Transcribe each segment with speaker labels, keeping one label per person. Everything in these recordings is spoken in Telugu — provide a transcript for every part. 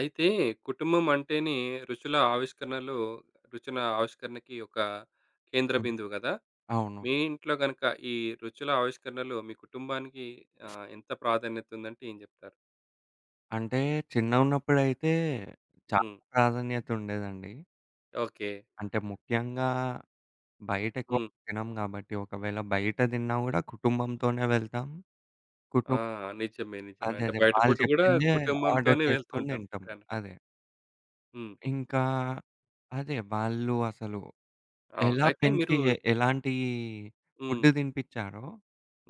Speaker 1: అయితే కుటుంబం అంటేనే రుచుల ఆవిష్కరణలు, రుచుల ఆవిష్కరణకి ఒక కేంద్ర
Speaker 2: హ్మ్.
Speaker 1: బిందువు కదా!
Speaker 2: అవును.
Speaker 1: మీ ఇంట్లో గనుక ఈ రుచుల ఆవిష్కరణలు మీ కుటుంబానికి ఎంత ప్రాధాన్యత ఉందంటే ఏం చెప్తారు?
Speaker 2: అంటే చిన్నగున్నప్పుడైతే చాలా
Speaker 1: హ్మ్.
Speaker 2: ప్రాధాన్యత ఉండేదండి.
Speaker 1: ఓకే.
Speaker 2: అంటే ముఖ్యంగా బయటెక్కువ
Speaker 1: హ్మ్.
Speaker 2: తినం గాబట్టి, ఒకవేళ బయట తిన్నా గూడా కుటుంబంతోనే వెళ్తాం. కుటుం
Speaker 1: ఆ! నిజమే. నిజమే.
Speaker 2: అదే.
Speaker 1: అంటే
Speaker 2: అదే.
Speaker 1: బయట
Speaker 2: వాళ్ళు
Speaker 1: ఫుడ్ గూడా
Speaker 2: చెప్పిందే ఆర్డర్
Speaker 1: కుటుంబంతోనే
Speaker 2: చేసుకొని
Speaker 1: వెళ్తుంటాం,
Speaker 2: తింటాం.
Speaker 1: మీరన్నట్టు.
Speaker 2: అదే.
Speaker 1: హ్మ్.
Speaker 2: ఇంకా అదే వాళ్ళు అసలు
Speaker 1: అవును.
Speaker 2: ఎలా
Speaker 1: అయితే
Speaker 2: పెంచి
Speaker 1: మీరు
Speaker 2: ఎలాంటి ఫుడ్
Speaker 1: హ్మ్.
Speaker 2: తినిపిచ్చారో,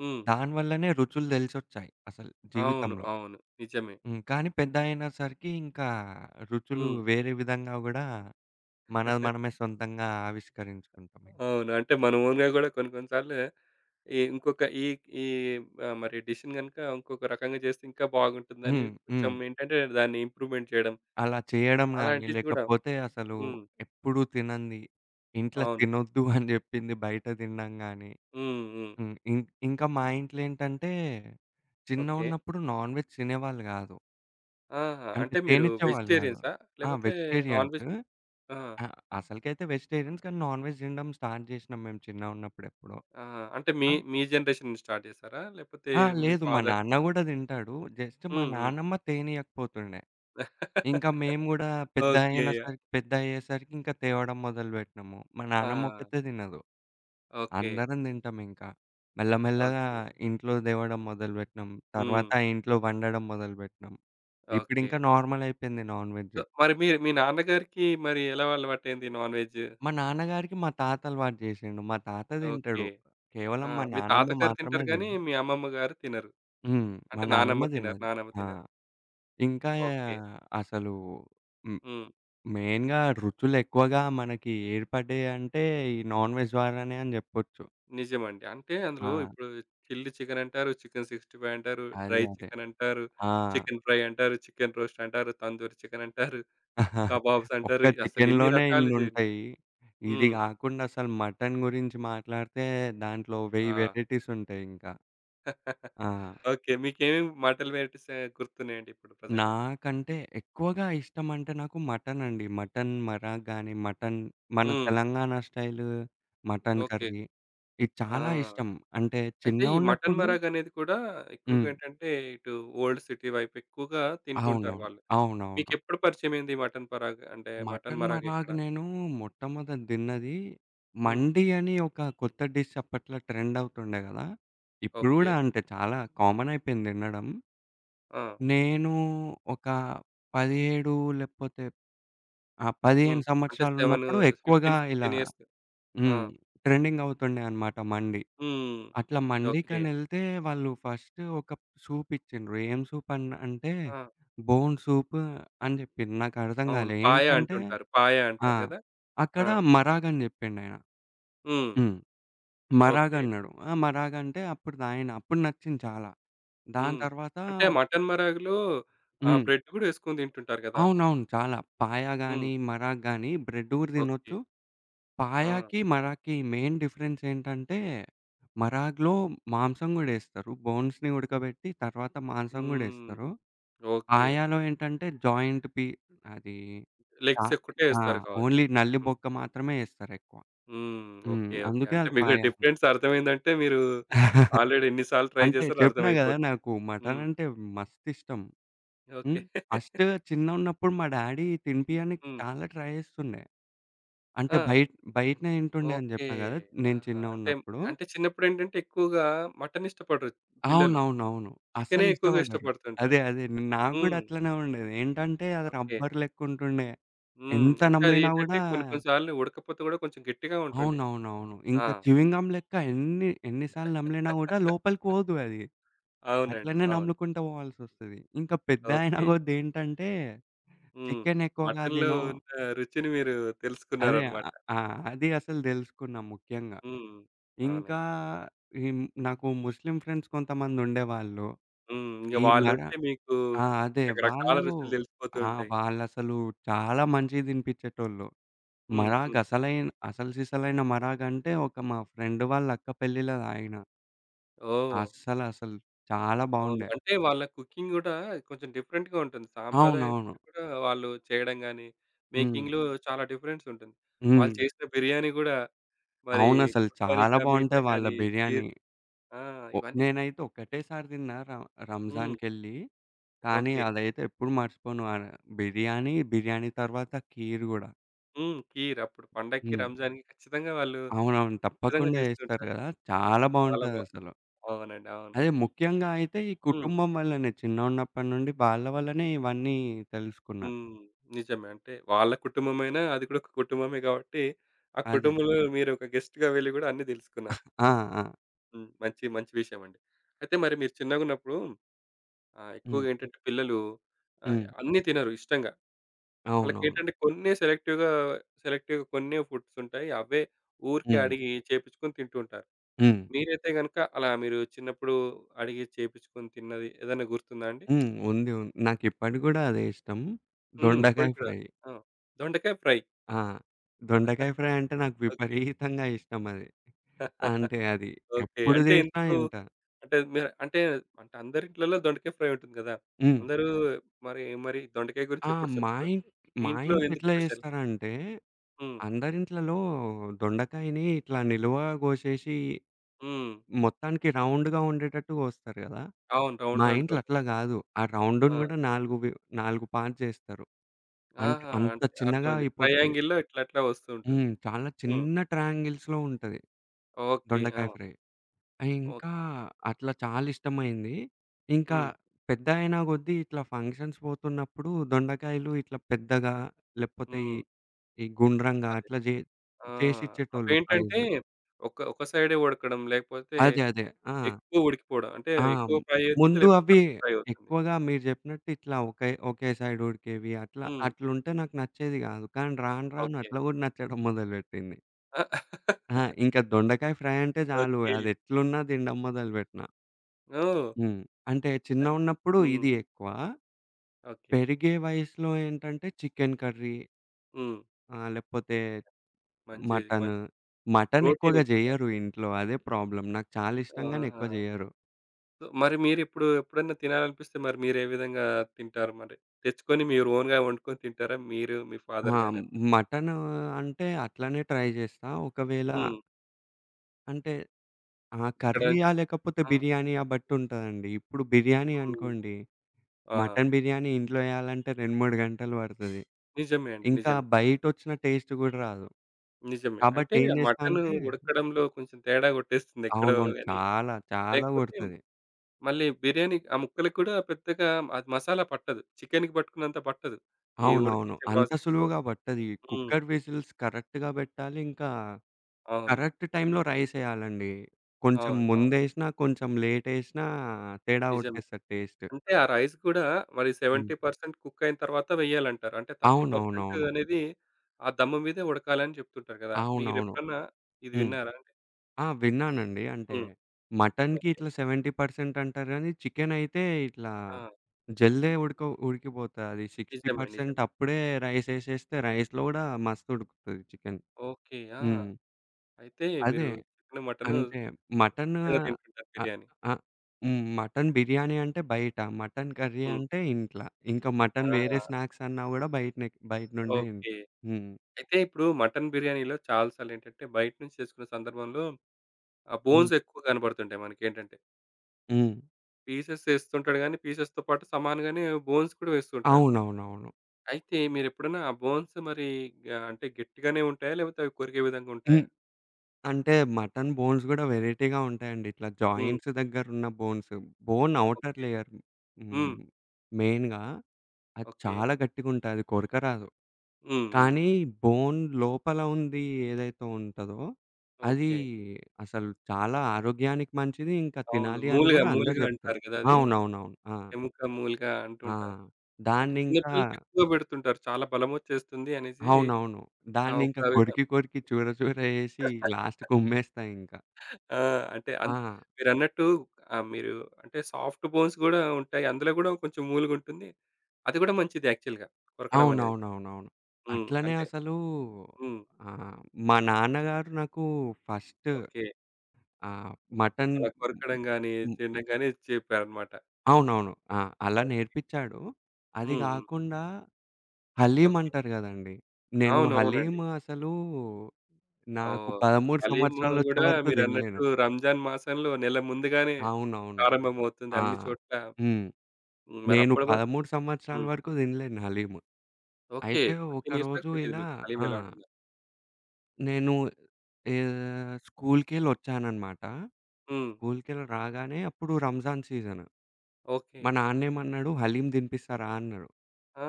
Speaker 1: హ్మ్.
Speaker 2: దాని వల్లనే రుచులు తెలిసొచ్చాయి అసలు
Speaker 1: అవును.
Speaker 2: జీవితంలో.
Speaker 1: అవును. నిజమే.
Speaker 2: హ్మ్. కానీ పెద్దయ్యేసరికి ఇంకా రుచులు
Speaker 1: హ్మ్.
Speaker 2: వేరే విధంగా గూడా మనది మనమే సొంతంగా ఆవిష్కరించుకుంటాం ఇంక.
Speaker 1: అవును. అంటే మన ఓన్‌గా గూడా కొన్ని కొన్ని సార్లు ఈ ఇంకొక ఈ ఈ మరి డిష్‌ని గనుక ఇంకొక రకంగా చేస్తే ఇంకా బాగుంటుందని
Speaker 2: హ్మ్.
Speaker 1: కొంచెం ఏంటంటే దాన్ని ఇంప్రూవ్‌మెంట్ చేయడం.
Speaker 2: అలా చేయడం గాని,
Speaker 1: అలాంటిది కూడా
Speaker 2: లేకపోతే అసలు
Speaker 1: హ్మ్.
Speaker 2: ఎప్పుడూ తినంది, ఇంట్లో
Speaker 1: అవును.
Speaker 2: తినొద్దు అని జెప్పింది బయట తినడం గాని.
Speaker 1: హ్మ్. హ్మ్.
Speaker 2: హ్మ్. ఇంకా మా ఇంట్లో ఏంటంటే,
Speaker 1: ఓకే.
Speaker 2: చిన్నగున్నప్పుడు నాన్ వెజ్ తినేవాళ్ళు గాదు.
Speaker 1: ఆహా!
Speaker 2: అంటే
Speaker 1: అంటే మీరు
Speaker 2: తేనిచ్చేవాళ్ళు గాదు.
Speaker 1: వెజిటేరియన్సా?
Speaker 2: ఆ!
Speaker 1: లేపోతే నాన్
Speaker 2: వెజిటేరియన్స్.
Speaker 1: వెజ్ ఆ!
Speaker 2: అ అసలుకైతే వెజిటేరియన్స్ కానీ నాన్ వెజ్ తినడం స్టార్ట్ జేసినాం మేము చిన్నగున్నప్పుడెప్పుడో.
Speaker 1: ఆ! అంటే మీ
Speaker 2: ఆ!
Speaker 1: మీ జనరేషన్ నుంచి స్టార్ట్ చేసారా? లేపోతే
Speaker 2: ఆ!
Speaker 1: మీ
Speaker 2: లేదు. మా
Speaker 1: ఫాదర్
Speaker 2: నాన్న గూడా తింటాడు. జస్ట్ మా నానమ్మ తేనీయకపోతుండే.
Speaker 1: హ్మ్.
Speaker 2: ఇంకా మేము గూడా
Speaker 1: హ్మ్. ఓకే.
Speaker 2: పెద్దయిన సరికి పెద్దయ్యేసరికి ఇంకా తేవడం మొదలుపెట్టినాము. మా నానమ్మ
Speaker 1: ఆ!
Speaker 2: ఒక్కతే తినదు.
Speaker 1: ఓకే.
Speaker 2: అందరం తింటామింకా. మెల్లమెల్లగా
Speaker 1: ఓకే.
Speaker 2: ఇంట్లో తేవడం మొదలుపెట్టినాం. తర్వాత
Speaker 1: హ్మ్.
Speaker 2: ఇంట్లో వండడం మొదలుపెట్టినాం.
Speaker 1: ఓకే.
Speaker 2: ఇప్పుడింకా నార్మల్ అయిపోయింది నాన్ వెజ్.
Speaker 1: సో, మరి మీ మీ నాన్నగారికి మరి ఎలా అలవాటైంది నాన్ వెజ్?
Speaker 2: మా నాన్నగారికి మా తాత అలవాటు చేసిండు. మా తాత
Speaker 1: ఓకే.
Speaker 2: తింటాడు.
Speaker 1: ఆ!
Speaker 2: కేవలం మా
Speaker 1: మీ
Speaker 2: నానమ్మ
Speaker 1: తాతగారు
Speaker 2: మాత్రమే
Speaker 1: తింటారు గానీ,
Speaker 2: తినదు.
Speaker 1: మీ అమ్మమ్మ గారు తినరు.
Speaker 2: హ్మ్. మా
Speaker 1: అంటే
Speaker 2: నానమ్మ
Speaker 1: నానమ్మ తినరు.
Speaker 2: తినది.
Speaker 1: నానమ్మ
Speaker 2: ఆ!
Speaker 1: తినరు.
Speaker 2: ఇంకా
Speaker 1: ఓకే.
Speaker 2: అసలు
Speaker 1: హ్మ్.
Speaker 2: మెయిన్‌గా రుచులెక్కువగా మనకి ఏర్పడ్డాయంటే ఈ నాన్ వెజ్ ద్వారానే అని జెప్పొచ్చు.
Speaker 1: నిజమండి. అంటే
Speaker 2: ఆ!
Speaker 1: అందులో ఇప్పుడు చిల్లీ చికెన్ అంటారు, చికెన్ 65 అంటారు,
Speaker 2: అదే.
Speaker 1: డ్రై
Speaker 2: అదే.
Speaker 1: చికెన్ అంటారు,
Speaker 2: ఆ!
Speaker 1: చికెన్ ఫ్రై అంటారు, చికెన్ రోస్ట్ అంటారు, తందూరి చికెన్ అంటారు, కబాబ్స్
Speaker 2: ఒక్క
Speaker 1: అంటారు. అసలు ఎన్ని
Speaker 2: చికెన్‌లోనే
Speaker 1: రకాలు చేయండి.
Speaker 2: ఇన్నుంటాయి. ఇది
Speaker 1: హ్మ్.
Speaker 2: గాకుండా అసలు మటన్ గురించి మాట్లాడితే దాంట్లో 1000
Speaker 1: ఆ!
Speaker 2: వెరైటీస్ ఉంటాయింకా. ఆ!
Speaker 1: ఓకే. మీకేమేమి మటన్ వెరైటీస్ గుర్తున్నాయండి ఇప్పుడు ప్రెజెంట్ అయితే?
Speaker 2: నాకంటే ఎక్కువగా ఇష్టమంటే నాకు మటనండి. మటన్ మరాగ్ గాని, మటన్ మన
Speaker 1: హ్మ్.
Speaker 2: Telangana style mutton
Speaker 1: okay.
Speaker 2: Curry ఇది
Speaker 1: ఆ!
Speaker 2: చాలా ఇష్టం. అంటే
Speaker 1: అయితే ఈ మటన్
Speaker 2: చిన్నగున్నప్పుడు.
Speaker 1: మరాగ్ అనేది కూడా ఎక్కువగా
Speaker 2: హ్మ్.
Speaker 1: ఏంటంటే ఇటు ఓల్డ్ సిటీ వైపు ఎక్కువగా తింటుంటారు
Speaker 2: అవునవును.
Speaker 1: వాళ్ళు.
Speaker 2: అవునవును.
Speaker 1: మీకెప్పుడు పరిచయమైంది ఈ మటన్ పరాగ్? అంటే మటన్
Speaker 2: మటన్
Speaker 1: మరాగ్
Speaker 2: మరాగ్
Speaker 1: ఎక్కడ?
Speaker 2: నేను మొట్టమొదట తిన్నది
Speaker 1: హ్మ్.
Speaker 2: మండి అని ఒక కొత్త డిష్ అప్పట్లో ట్రెండ్ అవుతుండే గదా! ఇప్పుడు
Speaker 1: ఓకే.
Speaker 2: గూడా అంటే చాలా కామన్ అయిపోయింది తినడం.
Speaker 1: ఆ!
Speaker 2: నేను ఒక 17 లేకపోతే ఆ!
Speaker 1: హ్మ్.
Speaker 2: 15
Speaker 1: అంటే 7,
Speaker 2: సంవత్సరాలున్నప్పుడు ఎక్కువగా
Speaker 1: 15,
Speaker 2: ఇలా.
Speaker 1: 16 ఇయర్స్. ఆ!
Speaker 2: హ్మ్. ట్రెండింగ్ అవుతుండే అన్నమాట మండి.
Speaker 1: హ్మ్.
Speaker 2: అట్లా
Speaker 1: ఓకే.
Speaker 2: మండీకనెళ్తే వాళ్ళు ఫస్ట్ ఒక సూప్ ఇచ్చిండ్రు. ఏం సూప్ అన్ అంటే
Speaker 1: ఆ!
Speaker 2: బోన్ సూప్ అని జెప్పిండ్రు. నాకు అర్థం
Speaker 1: అవును.
Speaker 2: గాలే.
Speaker 1: పాయ
Speaker 2: ఏంటంటే
Speaker 1: అంటుంటారు. పాయ
Speaker 2: ఆ!
Speaker 1: అంటారు గదా! ఆ!
Speaker 2: అక్కడ మరాగ్ అని జెప్పిండాయన.
Speaker 1: హ్మ్.
Speaker 2: హ్మ్. మరాగ్
Speaker 1: ఓకే.
Speaker 2: అన్నాడు. ఆ! మరాగ్ అంటే అప్పుడు తాగిన. అప్పుడు నచ్చింది చాలా. దాని
Speaker 1: హ్మ్.
Speaker 2: తర్వాత.
Speaker 1: అంటే మటన్ మరాగ్‌లో ఆ
Speaker 2: హ్మ్.
Speaker 1: బ్రెడ్ గూడా యేసుకొని తింటుంటారు గదా!
Speaker 2: అవునవును. చాలా. పాయ గాని,
Speaker 1: హ్మ్.
Speaker 2: మరాగ్ గాని బ్రెడ్ గూడా
Speaker 1: ఓకే.
Speaker 2: తినొచ్చు.
Speaker 1: ఆ!
Speaker 2: పాయాకి, మరాగ్‌కి మెయిన్ డిఫరెన్స్ ఏంటంటే మరాగ్‌లో మాంసం గూడా ఏస్తారు. బోన్స్‌ని ఉడకబెట్టి తర్వాత మాంసం గూడా
Speaker 1: హ్మ్.
Speaker 2: ఏస్తారు.
Speaker 1: ఓకే.
Speaker 2: పాయాలో ఏంటంటే జాయింట్ పీ అది. కా
Speaker 1: లెగ్స్ ఒక్కటే
Speaker 2: ఆ!
Speaker 1: ఏస్తారు కావచ్చు.
Speaker 2: ఓన్లీ నల్లి
Speaker 1: హ్మ్.
Speaker 2: బొక్క మాత్రమే ఏస్తారెక్కువ.
Speaker 1: హ్మ్.
Speaker 2: హ్మ్.
Speaker 1: ఓకే. ఓకే.
Speaker 2: అందుకే
Speaker 1: అంటే
Speaker 2: అది
Speaker 1: మీకు
Speaker 2: పాయ.
Speaker 1: డిఫరెన్స్ అర్థమైందంటే మీరు ఆల్రెడీ ఎన్ని సార్లు ట్రై
Speaker 2: అంటే
Speaker 1: చేసారో
Speaker 2: చెప్పినా గదా!
Speaker 1: అర్థమైపోతుంది.
Speaker 2: నాకు మటన్
Speaker 1: హ్మ్.
Speaker 2: అంటే మస్తిష్టం. హ్మ్.
Speaker 1: ఓకే.
Speaker 2: ఫస్ట్ చిన్నగున్నప్పుడు మా డ్యాడీ తినిపియనికి
Speaker 1: హ్మ్.
Speaker 2: చాలా ట్రై జేస్తుండే. అంటే
Speaker 1: ఆ!
Speaker 2: బయటనే తింటుండే అని
Speaker 1: ఓకే.
Speaker 2: జెప్పినా గదా! నేను
Speaker 1: ఆహా! అంటే,
Speaker 2: చిన్నగున్నప్పుడు.
Speaker 1: అంటే చిన్నప్పుడేంటంటే ఎక్కువగా మటన్ ఇష్టపడరు పిల్లలు.
Speaker 2: అవునవునవును.
Speaker 1: చికెనే
Speaker 2: అస్సలు
Speaker 1: ఎక్కువగా
Speaker 2: ఇష్టపడరు. అదే
Speaker 1: ఇష్టపడుతుంటారు.
Speaker 2: అదే. నాకు గూడా
Speaker 1: హ్మ్.
Speaker 2: అట్లనే ఉండేది. ఏంటంటే అది
Speaker 1: ఓకే.
Speaker 2: రబ్బర్ లెక్క ఉంటుండే.
Speaker 1: హ్మ్.
Speaker 2: ఎంత
Speaker 1: అంటే
Speaker 2: నమిలినా
Speaker 1: అదేంటంటే
Speaker 2: గూడా.
Speaker 1: కొన్ని కొన్ని సార్లు ఉడకపోతే గూడా కొంచెం గట్టిగా ఉంటుండే.
Speaker 2: అవునవునవును.
Speaker 1: ఆ!
Speaker 2: ఇంకా చ్యూవింగ్ గమ్ లెక్క ఎన్ని ఎన్ని సార్లు నమిలినా గూడా లోపలికి పోదు అది.
Speaker 1: అవునండి.
Speaker 2: అట్లనే
Speaker 1: అవును.
Speaker 2: నములుకుంటా పోవాల్సొస్తది. ఇంకా పెద్ద అయిన
Speaker 1: ఓకే.
Speaker 2: కొద్దీ ఏంటంటే
Speaker 1: హ్మ్.
Speaker 2: చికెన్ ఎక్కువగా
Speaker 1: మటన్‌లో
Speaker 2: తిను.
Speaker 1: ఉన్న రుచిని మీరు
Speaker 2: అదే.
Speaker 1: తెలుసుకున్నారన్నమాట.
Speaker 2: ఆహ్, ఆ! అది అసలు దెలుసుకున్నా ముఖ్యంగా.
Speaker 1: హ్మ్.
Speaker 2: ఇంకా
Speaker 1: అవునండి.
Speaker 2: నాకు ముస్లిం ఫ్రెండ్స్ కొంతమందుండేవాళ్ళు.
Speaker 1: హ్మ్. ఇంగ
Speaker 2: ఈ మర
Speaker 1: వాళ్ళుంటే మీకు
Speaker 2: ఆ! అదే.
Speaker 1: రకరకాల
Speaker 2: వాళ్ళు.
Speaker 1: రుచులు తెలిసిపోతూ
Speaker 2: ఆ!
Speaker 1: ఉంటాయి.
Speaker 2: వాళ్ళసలు చాలా మంచియి తినిపిచ్చేటోళ్ళు.
Speaker 1: హ్మ్.
Speaker 2: మరాగ్
Speaker 1: హ్మ్.
Speaker 2: అసలైన అసలు సిసలైన మరాగంటే ఒక మా ఫ్రెండ్ వాళ్ళ అక్క పెళ్ళిలో తాగిన.
Speaker 1: ఓహ్!
Speaker 2: అస్సలసలు చాలా
Speaker 1: అవును.
Speaker 2: బావుండే.
Speaker 1: అంటే వాళ్ళ కుకింగ్ గూడా కొంచెం డిఫరెంట్‌గా ఉంటుంది. సాంప్రదాయం
Speaker 2: అవునవును.
Speaker 1: కంటే కూడా వాళ్ళు చేయడం గాని,
Speaker 2: హ్మ్.
Speaker 1: మేకింగ్‌లో చాలా డిఫరెన్స్ ఉంటుంది.
Speaker 2: హ్మ్.
Speaker 1: వాళ్ళు చేసిన బిర్యానీ గూడా మరి
Speaker 2: అవునసలు చాలా
Speaker 1: కుర్బానీకా, మీఠా
Speaker 2: బావుంటాయి వాళ్ళ
Speaker 1: గాని,
Speaker 2: బిర్యానీ.
Speaker 1: కీర్ ఆ! ఇవన్నీ.
Speaker 2: నేనైతే ఒకటేసారి తిన్నా
Speaker 1: హ్మ్.
Speaker 2: రంజాన్‌కెళ్ళి. కానీ
Speaker 1: ఓకే.
Speaker 2: అదైతే ఎప్పుడు మర్చిపోను. ఆడ బిర్యానీ తర్వాత ఖీర్ గూడా.
Speaker 1: హ్మ్. కీర్ అప్పుడు పండగకి,
Speaker 2: హ్మ్.
Speaker 1: రంజాన్‌కి ఖచ్చితంగా వాళ్ళు
Speaker 2: అవునవును.
Speaker 1: ఖచ్చితంగా
Speaker 2: తప్పకుండా
Speaker 1: చేస్తూ
Speaker 2: చేస్తారు
Speaker 1: ఉంటారు.
Speaker 2: గదా! చాలా
Speaker 1: చాలా బా
Speaker 2: బావుంటదసలు.
Speaker 1: అవునండి. అవును.
Speaker 2: అదే ముఖ్యంగా అయితే ఈ
Speaker 1: హ్మ్.
Speaker 2: కుటుంబం వల్లనే చిన్నగున్నప్పటి నుండి వాళ్ళ వల్లనే ఇవన్నీ తెలుసుకున్నా.
Speaker 1: హ్మ్. నిజమే. అంటే వాళ్ళ కుటుంబమైనా అది కూడా ఒక కుటుంబమే గాబట్టి, ఆ
Speaker 2: అదే.
Speaker 1: కుటుంబంలో మీరు ఒక గెస్ట్‌గా వెళ్లి గూడా అన్నీ దెలుసుకున్నారు.
Speaker 2: ఆ! ఆ!
Speaker 1: హ్మ్. మంచి మంచి విషయం అండి. అయితే మరి మీరు చిన్నగున్నప్పుడు
Speaker 2: హ్మ్.
Speaker 1: ఎక్కువగా ఏంటంటే పిల్లలు
Speaker 2: హ్మ్.
Speaker 1: అన్నీ తినరు ఇష్టంగా.
Speaker 2: అవునవును.
Speaker 1: వాళ్ళకేంటంటే కొన్నే సెలెక్టివ్‌గా, సెలెక్టివ్‌గా కొన్నే ఫుడ్స్ ఉంటాయి. అవే ఊరికే
Speaker 2: హ్మ్.
Speaker 1: అడిగి చేపిచ్చుకొని తింటూ ఉంటారు.
Speaker 2: హ్మ్.
Speaker 1: మీరైతే గనుక అలా మీరు చిన్నప్పుడు అడిగి చేపిచ్చుకొని తిన్నది ఏదైనా గుర్తుందా అండి?
Speaker 2: హ్మ్. ఉంది. ఉంది. నాకిప్పటికి గూడా అదే ఇష్టం.
Speaker 1: హ్మ్.
Speaker 2: దొండకాయ
Speaker 1: ఇప్పటికి కూడా.
Speaker 2: ఫ్రై.
Speaker 1: ఆ! దొండకాయ ఫ్రై.
Speaker 2: ఆ! దొండకాయ ఫ్రై అంటే నాకు
Speaker 1: ఓకే.
Speaker 2: విపరీతంగా ఇష్టమది. అంటే అది
Speaker 1: ఓకే.
Speaker 2: ఎప్పుడు
Speaker 1: అంటే
Speaker 2: చేసినా
Speaker 1: ఎందుకు?
Speaker 2: ఇంటా.
Speaker 1: అంటే మీరు అంటే అంటే అందరింట్లలో దొండకాయ ఫ్రై ఉంటుంది గదా!
Speaker 2: హ్మ్.
Speaker 1: అందరూ మరి మరి దొండకాయ గురించి
Speaker 2: ఆ!
Speaker 1: ఎప్పుడు
Speaker 2: మా
Speaker 1: చెప్పరు.
Speaker 2: ఇం
Speaker 1: మీ
Speaker 2: మా
Speaker 1: ఇంట్లో
Speaker 2: ఇంట్లో
Speaker 1: ఎందుకు
Speaker 2: ఎట్లా
Speaker 1: స్పెషల్?
Speaker 2: చేస్తారంటే,
Speaker 1: హ్మ్.
Speaker 2: అందరింట్లలో దొండకాయని ఇట్లా నిలువుగా కోసేసి
Speaker 1: హ్మ్.
Speaker 2: మొత్తానికి రౌండ్‌గా ఉండేటట్టు కోస్తారు కదా!
Speaker 1: అవును.
Speaker 2: మా
Speaker 1: రౌండ్ రౌండ్‌గా.
Speaker 2: ఇంట్లో అట్లా కాదు. ఆ రౌండ్‌ని
Speaker 1: ఆ!
Speaker 2: కూడా 4 పార్ట్స్ చేస్తారు. అంటే
Speaker 1: ఆహా!
Speaker 2: అంత
Speaker 1: అంటే
Speaker 2: చిన్నగా
Speaker 1: అర్థమైంది.
Speaker 2: అయిపోతది.
Speaker 1: ట్రైయాంగిల్‌లో ఇట్లా అట్లా వస్తూ
Speaker 2: హ్మ్.
Speaker 1: ఉంటుంది.
Speaker 2: చాలా
Speaker 1: హ్మ్.
Speaker 2: చిన్న ట్రయాంగిల్స్‌లో ఉంటది.
Speaker 1: ఓకే. ఆ!
Speaker 2: దొండకాయ ఫ్రై. ఇంకా
Speaker 1: ఓకే.
Speaker 2: అట్లా చాలా ఇష్టమైంది. ఇంకా
Speaker 1: హ్మ్.
Speaker 2: పెద్దయిన కొద్దీ ఇట్లా ఫంక్షన్స్ పోతున్నప్పుడు దొండకాయలు ఇట్లా పెద్దగా లేకపోతే ఈ
Speaker 1: హ్మ్.
Speaker 2: ఈ గుండ్రంగా
Speaker 1: అదే.
Speaker 2: అట్లా
Speaker 1: ఆ!
Speaker 2: చేసిచ్చేటోళ్ళు
Speaker 1: అవేంటంటే
Speaker 2: ప్రైజ్.
Speaker 1: ఒక ఒక సైడే ఉడకడం లేకపోతే
Speaker 2: అదే. ఆ!
Speaker 1: ఎక్కువ ఉడికిపోవడం. అంటే
Speaker 2: ఆ!
Speaker 1: ఎక్కువ ఫ్రై అవుతది
Speaker 2: ముందు
Speaker 1: లేకపోతే
Speaker 2: అవి
Speaker 1: తక్కువ ఫ్రై అవుతుంది.
Speaker 2: ఎక్కువగా మీరు చెప్పినట్టు ఇట్లా ఒకే ఒకే సైడ్ ఉడికేవి అట్లా
Speaker 1: హ్మ్.
Speaker 2: అట్లుంటే నాకు నచ్చేది కాదు. కానీ రాను రాను
Speaker 1: ఓకే.
Speaker 2: అట్లా కూడా నచ్చడం మొదలుపెట్టింది. ఆ! ఇంకా దొండకాయ ఫ్రై అంటే చాలు
Speaker 1: ఓకే.
Speaker 2: అదెట్లున్నా తినడం మొదలుపెట్టిన.
Speaker 1: ఓహ్!
Speaker 2: హ్మ్. అంటే
Speaker 1: అద్
Speaker 2: చిన్నగున్నప్పుడు
Speaker 1: హ్మ్.
Speaker 2: ఇది ఎక్కువ.
Speaker 1: ఓకే.
Speaker 2: పెరిగే వయసులో ఏంటంటే చికెన్ కర్రీ,
Speaker 1: హ్మ్.
Speaker 2: ఆహ్, లేకపోతే
Speaker 1: మంచిది.
Speaker 2: మటను.
Speaker 1: మంచిది.
Speaker 2: మటన్
Speaker 1: ప్రోటీన్
Speaker 2: ఎక్కువగా
Speaker 1: ఎక్కువ.
Speaker 2: జెయ్యరు ఇంట్లో. అదే ప్రాబ్లమ్. నాకు చాలా ఇష్టం గాని
Speaker 1: ఆహా!
Speaker 2: ఎక్కువ జెయ్యరు.
Speaker 1: సో, మరి మీరిప్పుడు ఎప్పుడన్నా తినాలనిపిస్తే మరి మీరే విధంగా తింటారు మరి? తెచ్చుకొని మీరు ఓన్‌గా వండుకొని తింటారా? మీరు, మీ
Speaker 2: ఆ!
Speaker 1: ఫాదర్ గాని అట్లా?
Speaker 2: మటను అంటే అట్లనే ట్రై జేస్తా. ఒకవేళ
Speaker 1: హ్మ్.
Speaker 2: అంటే ఆ
Speaker 1: ఎక్కడ?
Speaker 2: కర్రీయా లేకపోతే
Speaker 1: ఆ!
Speaker 2: బిర్యానీయా బట్టుంటదండి. ఇప్పుడు బిర్యానీ
Speaker 1: హ్మ్.
Speaker 2: అనుకోండి,
Speaker 1: ఆ!
Speaker 2: మటన్ బిర్యానీ ఇంట్లో జేయాలంటే 2, 3 గంటలు పడతది.
Speaker 1: నిజమే అండి.
Speaker 2: ఇంకా
Speaker 1: నిజమే.
Speaker 2: బయటొచ్చిన టేస్ట్ గూడా రాదు.
Speaker 1: నిజమే.
Speaker 2: కాబట్టి
Speaker 1: అంటే
Speaker 2: ఏం జేస్తా
Speaker 1: మటన్
Speaker 2: అంటే.
Speaker 1: ఉడకడంలో కొంచెం తేడా కొట్టేస్తుంది ఎక్కడో
Speaker 2: అవునవును.
Speaker 1: గాని.
Speaker 2: చాలా, చాలా
Speaker 1: లేకపోతే
Speaker 2: పడుతది.
Speaker 1: మళ్ళీ బిర్యానీ ఆ ముక్కలకి కూడా పెద్దగా అది మసాలా పట్టదు. చికెన్‌కి పట్టుకున్నంత పట్టదు. ఈ
Speaker 2: అవునవును.
Speaker 1: ఉడికించే
Speaker 2: అంత
Speaker 1: ప్రాసెస్‌లో.
Speaker 2: సులువుగా పట్టది.
Speaker 1: హ్మ్.
Speaker 2: కుక్కర్ విజిల్స్ కరెక్ట్‌గా పెట్టాలి. ఇంకా
Speaker 1: అవును.
Speaker 2: కరెక్ట్ టైంలో రైసేయాలండి. కొంచెం
Speaker 1: అవును. అవును.
Speaker 2: ముందేసినా, కొంచెం లేటేసినా తేడా
Speaker 1: నిజమే.
Speaker 2: కొట్టేస్తది టేస్ట్.
Speaker 1: అంటే ఆ రైస్ కూడా మరి
Speaker 2: హ్మ్.
Speaker 1: 70% కుక్ అయిన తర్వాత వెయ్యాలంటారు. అంటే 30%
Speaker 2: అవునవునవును.
Speaker 1: అనేది ఆ దమ్ము మీదే ఉడకాలని చెప్తుంటారు కదా!
Speaker 2: అవునవును.
Speaker 1: మీరెప్పుడన్నా ఇది
Speaker 2: హ్మ్.
Speaker 1: విన్నారా అండి?
Speaker 2: ఆ! విన్నానండి. అంటే
Speaker 1: హ్మ్.
Speaker 2: మటన్‌కి
Speaker 1: ఓకే.
Speaker 2: ఇట్లా 70% అంటారు గానీ, చికెనయితే ఇట్లా
Speaker 1: ఆ!
Speaker 2: జల్దే ఉడక ఉడికిపోతది.
Speaker 1: నిజమే.
Speaker 2: 60%
Speaker 1: నిజమే.
Speaker 2: అప్పుడే రైసేసేస్తే రైస్‌లో గూడా మస్తు ఉడుకుతది చికెన్.
Speaker 1: ఓకే. ఆ!
Speaker 2: హ్మ్.
Speaker 1: అయితే
Speaker 2: అదే.
Speaker 1: మీరు చికెను, మటను
Speaker 2: అంటే మటన్.
Speaker 1: ఇష్టంగా తింటుంటారు
Speaker 2: ఆహ్,
Speaker 1: బిర్యానీ.
Speaker 2: ఆహ్, హ్మ్. మటన్ బిర్యానీ అంటే బయట. మటన్ కర్రీ
Speaker 1: హ్మ్.
Speaker 2: అంటే ఇంట్ల. ఇంకా మటన్
Speaker 1: ఆ!
Speaker 2: వేరే స్నాక్స్ అన్నా గూడా బయట నుండే.
Speaker 1: ఓకే.
Speaker 2: హ్మ్.
Speaker 1: అయితే ఇప్పుడు మటన్ బిర్యానీలో చాలా సార్లేంటంటే బయట నుంచి తెచ్చుకునే సందర్భంలో ఆ
Speaker 2: హ్మ్.
Speaker 1: బోన్స్ ఎక్కువ కనబడుతుంటాయి మనకేంటంటే.
Speaker 2: హ్మ్.
Speaker 1: పీసెస్ ఏస్తుంటాడు గానీ, పీసెస్‌తో పాటు సమానంగానే బోన్స్ కూడా వేస్తుంటాడు.
Speaker 2: అవునవునవును.
Speaker 1: అయితే మీరెప్పుడైనా ఆ బోన్స్ మరి అంటే గట్టిగానే ఉంటాయా? లేకపోతే అవి కొరికే విధంగా ఉంటాయా?
Speaker 2: హ్మ్. అంటే మటన్ బోన్స్ గూడా వెరైటీగా ఉంటాయండి. ఇట్లా
Speaker 1: హ్మ్.
Speaker 2: జాయింట్స్ దగ్గరున్న bones. Bone outer
Speaker 1: okay.
Speaker 2: Layer.
Speaker 1: హ్మ్.
Speaker 2: హ్మ్. మెయిన్‌గా అది
Speaker 1: ఓకే.
Speaker 2: చాలా గట్టిగుంటది. అది కొరకరాదు.
Speaker 1: హ్మ్. హ్మ్.
Speaker 2: కానీ, బోన్ లోపల ఉంది ఏదైతే ఉంటదో, అది
Speaker 1: ఓకే.
Speaker 2: అసలు చాలా ఆరోగ్యానికి మంచిది. ఇంకా
Speaker 1: అవును.
Speaker 2: తినాలి అని
Speaker 1: మూలుగ,
Speaker 2: గూడా అందరూ
Speaker 1: మూలుగ
Speaker 2: జెప్తారు.
Speaker 1: అంటారు కదా! అది.
Speaker 2: అవునవునవును. ఆ!
Speaker 1: ఎముక మూలుగ
Speaker 2: ఆ!
Speaker 1: అంటుంటారు. అంటే చిన్న
Speaker 2: దాన్నింకా.
Speaker 1: పిల్లలకి ఎక్కువ పెడుతుంటారు. చాలా బలమొచ్చేస్తుంది అనేసి
Speaker 2: అవునవును.
Speaker 1: ఆ ఒక
Speaker 2: దాన్నింకా కొరికి, కొరికి చూర, చూర జేసి
Speaker 1: విధం.
Speaker 2: లాస్ట్‌కి ఉమ్మేస్తా ఇంకా.
Speaker 1: ఆ! అంటే అన్
Speaker 2: ఆ!
Speaker 1: మీరన్నట్టు మీరు అంటే సాఫ్ట్ బోన్స్ గూడా ఉంటాయి. అందులో గూడా కొంచెం మూలుగుంటుంది. అది గూడా మంచిదే యాక్చువల్‌గా, కొరకడం అనేది.
Speaker 2: అవునవునవునవును.
Speaker 1: హ్మ్.
Speaker 2: అట్లనే
Speaker 1: అంటే
Speaker 2: అసలు,
Speaker 1: హ్మ్.
Speaker 2: ఆహ్, మా నాన్నగారు నాకు ఫస్ట్,
Speaker 1: ఓకే.
Speaker 2: ఆహ్, మటన్.
Speaker 1: అలా కొరకడం గాని, తినడం గాని చెప్పారనమాట.
Speaker 2: అవునవును. ఆ! అలా నేర్పిచ్చాడు. అది
Speaker 1: హ్మ్. హ్మ్.
Speaker 2: గాకుండా హలీం
Speaker 1: ఓకే.
Speaker 2: అంటారు గదండీ! నేను
Speaker 1: అవును.
Speaker 2: హలీం
Speaker 1: అవునండి.
Speaker 2: అసలు నాకు
Speaker 1: ఓహ్!
Speaker 2: 13
Speaker 1: హలీము
Speaker 2: సంవత్సరాలొచ్చే
Speaker 1: గూడా
Speaker 2: వరకు దినలేను.
Speaker 1: మీరన్నట్టు రంజాన్ మాసంలో నెల ముందుగానే
Speaker 2: అవునవును.
Speaker 1: ప్రారంభమవుతుంది
Speaker 2: ఆ!
Speaker 1: అన్ని చోట్ల.
Speaker 2: హ్మ్.
Speaker 1: హ్మ్.
Speaker 2: నేను
Speaker 1: మరప్పటి వరకు
Speaker 2: 13 సంవత్సరాల
Speaker 1: హ్మ్.
Speaker 2: వరకు దినలేను హలీం.
Speaker 1: ఓకే.
Speaker 2: అయితే
Speaker 1: 13 ఇయర్స్ దాకా
Speaker 2: ఒకరోజు
Speaker 1: తెలీదు
Speaker 2: ఇలా,
Speaker 1: మీకు హలీం
Speaker 2: ఆ!
Speaker 1: ఎలా ఉంటుందో.
Speaker 2: నేను ఏ స్కూల్‌కెళ్ళొచ్చాననమాట.
Speaker 1: హ్మ్.
Speaker 2: స్కూల్‌కెళ్ళి రాగానే అప్పుడు రంజాన్ సీజన్.
Speaker 1: ఓకే.
Speaker 2: మా నాన్నేమన్నాడు "హలీం దినిపిస్తారా" అన్నాడు.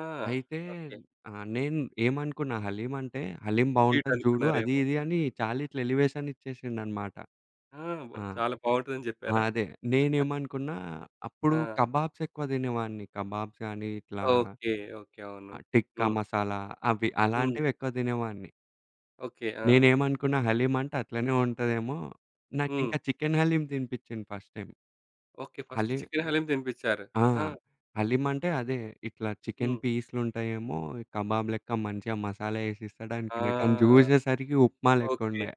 Speaker 1: ఆ!
Speaker 2: అయితే,
Speaker 1: ఓకే.
Speaker 2: ఆహ్, నేను ఏమనుకున్నా హలీం అంటే, హలీం
Speaker 1: స్వీట్
Speaker 2: బావుంటది జూడు అది
Speaker 1: అనుకున్నారేమో.
Speaker 2: ఇది అని చాలా ఇట్లా ఎలివేషన్ ఇచ్చేసిండనమాట.
Speaker 1: ఆ! బ
Speaker 2: ఆ!
Speaker 1: చాలా బావుంటుందని
Speaker 2: ఆ!
Speaker 1: జెప్పారా?
Speaker 2: అదే. నేనేమనుకున్నా అప్పుడు
Speaker 1: ఆ!
Speaker 2: కబాబ్స్ ఎక్కువ తినేవాడిని. కబాబ్స్ గాని ఇట్లా,
Speaker 1: ఓకే. ఓకే. అవును.
Speaker 2: ఆహ్, టిక్కా
Speaker 1: హ్మ్.
Speaker 2: మసాలా అవి
Speaker 1: హ్మ్.
Speaker 2: అలాంటివెక్కువ తినేవాడిని.
Speaker 1: ఓకే. ఆ!
Speaker 2: నేనేమనుకున్నా హలీం అంటే అట్లనే ఉంటదేమో,
Speaker 1: హ్మ్.
Speaker 2: నాకింకా చికెన్ హలీం తినిపిచ్చిండు first time.
Speaker 1: Okay. First
Speaker 2: haleem
Speaker 1: chicken haleem తినిపిచ్చారు.
Speaker 2: ఆ!
Speaker 1: ఆ!
Speaker 2: హలీమంటే అదే. ఇట్లా చికెను
Speaker 1: హ్మ్.
Speaker 2: పీసులుంటాయేమో కబాబ్ లెక్క మంచిగా మసాలా యేసిస్తాడాయన కానీ
Speaker 1: ఆ!
Speaker 2: జూసేసరికి ఉప్మా
Speaker 1: ఓకే.
Speaker 2: లెక్కుండే.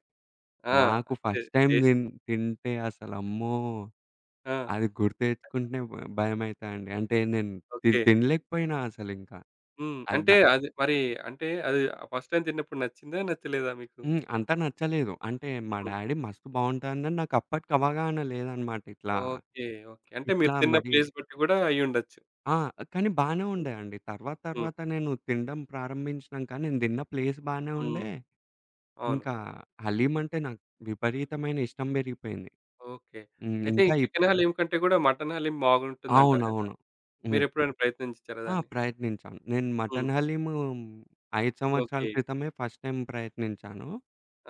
Speaker 1: ఆ!
Speaker 2: నాకు
Speaker 1: అంతే
Speaker 2: ఫస్ట్ టైమ్
Speaker 1: టేస్ట్
Speaker 2: తింటే అసలమ్మో!
Speaker 1: ఆ!
Speaker 2: అది గుర్తు తెచ్చుకుంటేనే భయమైతాండి. అంటే నేను
Speaker 1: ఓకే.
Speaker 2: తినలేకపోయినా అసలింకా.
Speaker 1: హ్మ్. అంటే
Speaker 2: అద
Speaker 1: అది మరి అంటే అది ఫస్ట్ టైమ్ తిన్నప్పుడు నచ్చిందా? నచ్చలేదా మీకు?
Speaker 2: హ్మ్. అంత నచ్చలేదు. అంటే మా
Speaker 1: హ్మ్.
Speaker 2: డాడీ మస్తు బావుంటదన్నారు. నాకు అప్పటికి అవగాహన లేదనమాట ఇట్లా,
Speaker 1: ఓకే. ఓకే. అంటే
Speaker 2: ఇట్లా
Speaker 1: మీరు తిన్న
Speaker 2: మరి.
Speaker 1: ప్లేస్ బట్టి గూడా అయ్యుండొచ్చు.
Speaker 2: ఆ! కానీ బానే
Speaker 1: హ్మ్.
Speaker 2: ఉండేయండి. తర్వాత
Speaker 1: హ్మ్.
Speaker 2: తర్వాత నేను తినడం ప్రారంభించినంక నేను తిన్న ప్లేస్ బానే
Speaker 1: హ్మ్.
Speaker 2: ఉండే.
Speaker 1: అవును.
Speaker 2: ఇంకా హలీం అంటే నాకు విపరీతమైన ఇష్టం పెరిగిపోయింది.
Speaker 1: ఓకే.
Speaker 2: హ్మ్.
Speaker 1: అయితే ఈ
Speaker 2: ఇంకా ఇప్
Speaker 1: చికెన్ హలీం కంటే గూడా మటన్ హలీం బాగుంటుందంటారు గదా!
Speaker 2: అవునవును. హ్మ్.
Speaker 1: మీరెప్పుడైనా ప్రయత్నించారా
Speaker 2: ఆ!
Speaker 1: దాన్ని?
Speaker 2: ప్రయత్నించాను. నేను
Speaker 1: హ్మ్.
Speaker 2: మటన్ హలీం 5 సంవత్సరాల
Speaker 1: ఓకే.
Speaker 2: క్రితమే ఫస్ట్ టైమ్ ప్రయత్నించాను.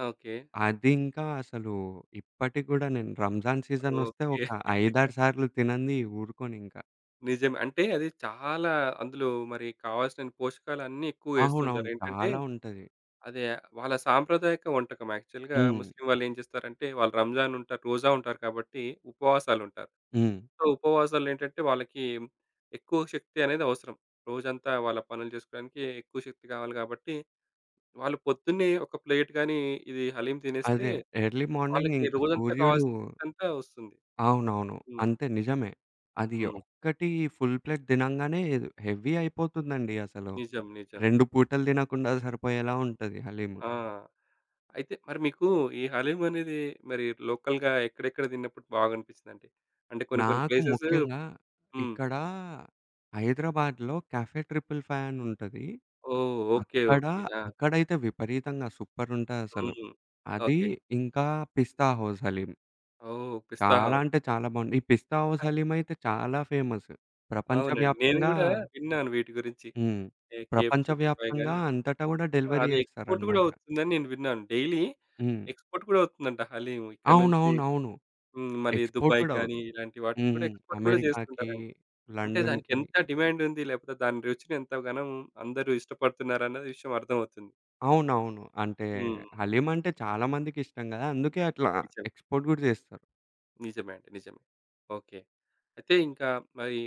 Speaker 1: ఓకే.
Speaker 2: అది ఇంకా అసలు ఇప్పటికి గూడా నేను రంజాన్ సీజనొస్తే
Speaker 1: ఓకే.
Speaker 2: ఒక 5, 6 సార్లు తినంది ఊరుకోనింకా.
Speaker 1: నిజమే. అంటే అది చాలా అందులో మరి కావాల్సిన పోషకాలన్నీ ఎక్కువ ఏస్తుంటారు.
Speaker 2: అవునవును.
Speaker 1: ఏంటంటే
Speaker 2: చాలా ఉంటది.
Speaker 1: అదే వాళ్ళ సాంప్రదాయక వంటకం, యాక్చువల్‌గా
Speaker 2: హ్మ్.
Speaker 1: ముస్లిం వాళ్ళేం చేస్తారంటే వాళ్ళు రంజాన్ ఉంటారు, రోజా ఉంటారు కాబట్టి ఉపవాసాలుంటారు.
Speaker 2: హ్మ్.
Speaker 1: సో, ఉపవాసాలేంటంటే వాళ్ళకి ఎక్కువ శక్తి అనేది అవసరం. రోజంతా వాళ్ళ పనులు చేసుకోవడానికి ఎక్కువ శక్తి కావాలి కాబట్టి వాళ్ళు పొద్దున్నే ఒక ప్లేట్ గాని ఇది హలీం తినేస్తే
Speaker 2: అదే. ఎర్లీ మార్నింగ్
Speaker 1: వాళ్ళకి
Speaker 2: ఇంకా
Speaker 1: రోజంతా
Speaker 2: సూర్యుడు.
Speaker 1: కావాల్సిన శక్తంతా వస్తుంది.
Speaker 2: అవునవును.
Speaker 1: హ్మ్.
Speaker 2: అంతే నిజమే. అది
Speaker 1: హ్మ్.
Speaker 2: ఒక్కటి ఫుల్ ప్లేట్ తినంగానే హెవీ అయిపోతుందండి అసలు.
Speaker 1: నిజం. నిజం.
Speaker 2: 2 పూటలు తినకుండా సరిపోయేలా ఉంటది హలీము.
Speaker 1: ఆ! అయితే మరి మీకు ఈ హలీం అనేది మరి లోకల్‌గా ఎక్కడెక్కడ తిన్నప్పుడు బాగనిపిచ్చిందంటే? అంటే అంటే కొన్ని కొన్ని
Speaker 2: నాకు
Speaker 1: ప్లేసెస్
Speaker 2: ముఖ్యంగా
Speaker 1: హ్మ్.
Speaker 2: ఇక్కడ హైదరాబాద్‌లో కాఫే ట్రిపుల్ ఫైవ్ అని ఉంటది.
Speaker 1: ఓహ్! ఓకే.
Speaker 2: అక్కడ
Speaker 1: ఓకే. ఆ!
Speaker 2: అక్కడైతే విపరీతంగా సూపర్ ఉంటదసలు.
Speaker 1: హ్మ్.
Speaker 2: అది
Speaker 1: ఓకే.
Speaker 2: ఇంకా పిస్తా హౌస్ హలీం.
Speaker 1: ఓహ్! పిస్తా
Speaker 2: చాలా,
Speaker 1: హౌస్.
Speaker 2: అంటే చాలా బావుంది. ఈ పిస్తా హౌస్ హలీం అయితే చాలా ఫేమస్.
Speaker 1: అవునండి. నేను
Speaker 2: ప్రపంచవ్యాప్తంగా.
Speaker 1: గూడా విన్నాను వీటి గురించి.
Speaker 2: హ్మ్.
Speaker 1: ఏ కేఎఫ్ 555
Speaker 2: ప్రపంచవ్యాప్తంగా
Speaker 1: గాని
Speaker 2: అంతటా గూడా
Speaker 1: ఆ!
Speaker 2: డెలివరీ
Speaker 1: అది ఎక్స్‌పోర్ట్ గూడా
Speaker 2: చేస్తారనమాట.
Speaker 1: అవుతుందని నేను విన్నాను. డైలీ
Speaker 2: హ్మ్.
Speaker 1: ఎక్స్‌పోర్ట్ గూడా అవుతుందంట హలీం. ఇక్కడి నుంచి
Speaker 2: అవునవునవును.
Speaker 1: హ్మ్. మళ్ళీ
Speaker 2: ఎక్స్‌పోర్ట్
Speaker 1: దుబాయ్‌కి
Speaker 2: గూడా
Speaker 1: గాని
Speaker 2: అవుతుంది.
Speaker 1: ఇలాంటి వాటికి
Speaker 2: హ్మ్.
Speaker 1: కూడా
Speaker 2: హ్మ్.
Speaker 1: ఎక్స్‌పోర్ట్ గూడా
Speaker 2: అమెరికాకి,
Speaker 1: చేస్తుంటారంట. అంటే
Speaker 2: లండన్‌కి.
Speaker 1: దానికెంత డిమాండుంది, లేకపోతే దాని రుచిని ఎంతగానం అందరూ ఇష్టపడుతున్నారన్నది విషయం అర్థమవుతుంది.
Speaker 2: అవునవును. అంటే
Speaker 1: హ్మ్.
Speaker 2: హలీం అంటే చాలా మందికిష్టం గదా! అందుకే అట్లా
Speaker 1: నిజం.
Speaker 2: ఎక్స్‌పోర్ట్ గూడా చేస్తారు.
Speaker 1: నిజమే అండి. నిజమే. ఓకే. అయితే ఇంకా మరి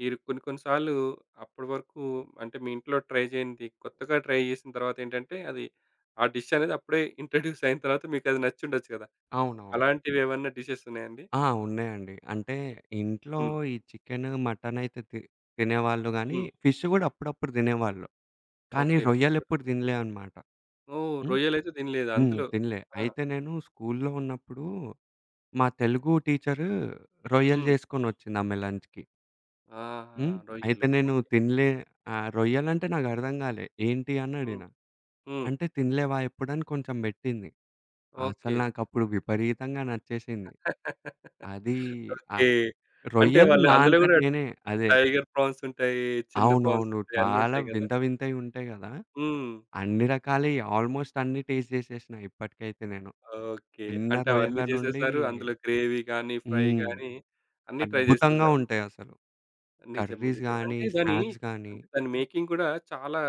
Speaker 1: మీరు కొన్ని కొన్ని సార్లు అప్పటి వరకు అంటే మీ ఇంట్లో ట్రై చేయంది కొత్తగా ట్రై చేసిన తర్వాతేంటంటే అది ఆ డిష్ అనేది అప్పుడే ఇంట్రొడ్యూస్ అయిన తర్వాత మీకది నచ్చుండొచ్చు కదా!
Speaker 2: అవునవును.
Speaker 1: అలాంటివేమన్నా డిషెస్ ఉన్నాయండి?
Speaker 2: ఆ! ఉన్నాయండి. అంటే ఇంట్లో
Speaker 1: హ్మ్.
Speaker 2: ఈ చికెను, మటనయితే తినేవాళ్ళు గానీ,
Speaker 1: హ్మ్.
Speaker 2: ఫిష్ గూడా అప్పుడప్పుడు తినేవాళ్ళు. కానీ
Speaker 1: ఓకే. ఫిష్ కూడా.
Speaker 2: రొయ్యలెప్పుడు తినలే అనమాట.
Speaker 1: ఓహ్!
Speaker 2: హ్మ్.
Speaker 1: రొయ్యలైతే తినలేదు
Speaker 2: హ్మ్.
Speaker 1: అందులో.
Speaker 2: తినలే.
Speaker 1: ఆ!
Speaker 2: అయితే నేను స్కూలులో ఉన్నప్పుడు మా తెలుగు టీచరు రొయ్యలు
Speaker 1: హ్మ్.
Speaker 2: జేసుకొనొచ్చిందామె లంచ్‌కి.
Speaker 1: ఆహా!
Speaker 2: హ్మ్. అయితే
Speaker 1: రొయ్యలు.
Speaker 2: నేను
Speaker 1: ఓకే.
Speaker 2: తినలే. ఆహ్, రొయ్యలంటే నాకర్థం గాలే. ఏంటి అని
Speaker 1: హ్మ్.
Speaker 2: అడిగినా.
Speaker 1: హ్మ్.
Speaker 2: అంటే తినలేవా ఎప్పుడని కొంచెం బెట్టింది. అసలు
Speaker 1: ఓకే.
Speaker 2: నాకప్పుడు విపరీతంగా నచ్చేసింది. అది, ఆహ్,
Speaker 1: ఓకే. అంటే
Speaker 2: రొయ్యలు
Speaker 1: వాళ్ళు
Speaker 2: నా
Speaker 1: అందులో
Speaker 2: అంతట
Speaker 1: గూడా
Speaker 2: నేనే. అదే.
Speaker 1: టైగర్ ప్రాన్స్ ఉంటాయి, చిన్న ప్రాన్స్
Speaker 2: అవునవును.
Speaker 1: ఉంటాయి అన్నీ
Speaker 2: చాలా
Speaker 1: ఉంటాయి గదా!
Speaker 2: వింత వింతయి ఉంటాయి గదా!
Speaker 1: హ్మ్.
Speaker 2: అన్ని రకాలయి ఆల్మోస్ట్ అన్నీ టేస్ట్ జేసేసినా ఇప్పటికైతే నేను.
Speaker 1: ఓకే.
Speaker 2: చిన్న
Speaker 1: అంటే
Speaker 2: రొయ్యల
Speaker 1: అవన్నీ
Speaker 2: నుండి.
Speaker 1: చేసేసారు. అందులో గ్రేవీ గానీ, ఫ్రై
Speaker 2: హ్మ్.
Speaker 1: గానీ అన్నీ ట్రై
Speaker 2: అద్భుతంగా
Speaker 1: చేసేసారు.
Speaker 2: ఉంటాయసలు.
Speaker 1: నిజమే.
Speaker 2: కర్రీస్
Speaker 1: నిజమే.
Speaker 2: గానీ,
Speaker 1: అంటే దాని
Speaker 2: స్నాక్స్ గానీ.
Speaker 1: అంటే దాని మేకింగ్ గూడా చాలా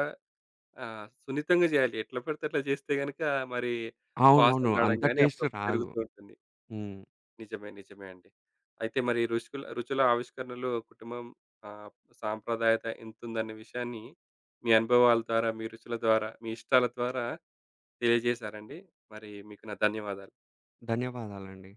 Speaker 1: సున్నితంగా జేయాలి. ఎట్లా పడితే అట్లా చేస్తే గనక మరి వాసన
Speaker 2: అవునవును.
Speaker 1: రావడం
Speaker 2: అంత
Speaker 1: గానీ
Speaker 2: టేస్ట్
Speaker 1: అప్పుడప్పుడు
Speaker 2: రాదు.
Speaker 1: జరుగుతూ ఉంటుంది.
Speaker 2: హ్మ్.
Speaker 1: నిజమే. నిజమే అండి. అయితే మరి రుషుకుల రుచుల ఆవిష్కరణలో కుటుంబం ఆహ్, సాంప్రదాయత ఎంతుందనే విషయాన్ని మీ అనుభవాల ద్వారా, మీ రుచుల ద్వారా, మీ ఇష్టాల ద్వారా తెలియజేశారండి. మరి మీకు నా ధన్యవాదాలు.
Speaker 2: ధన్యవాదాలండి.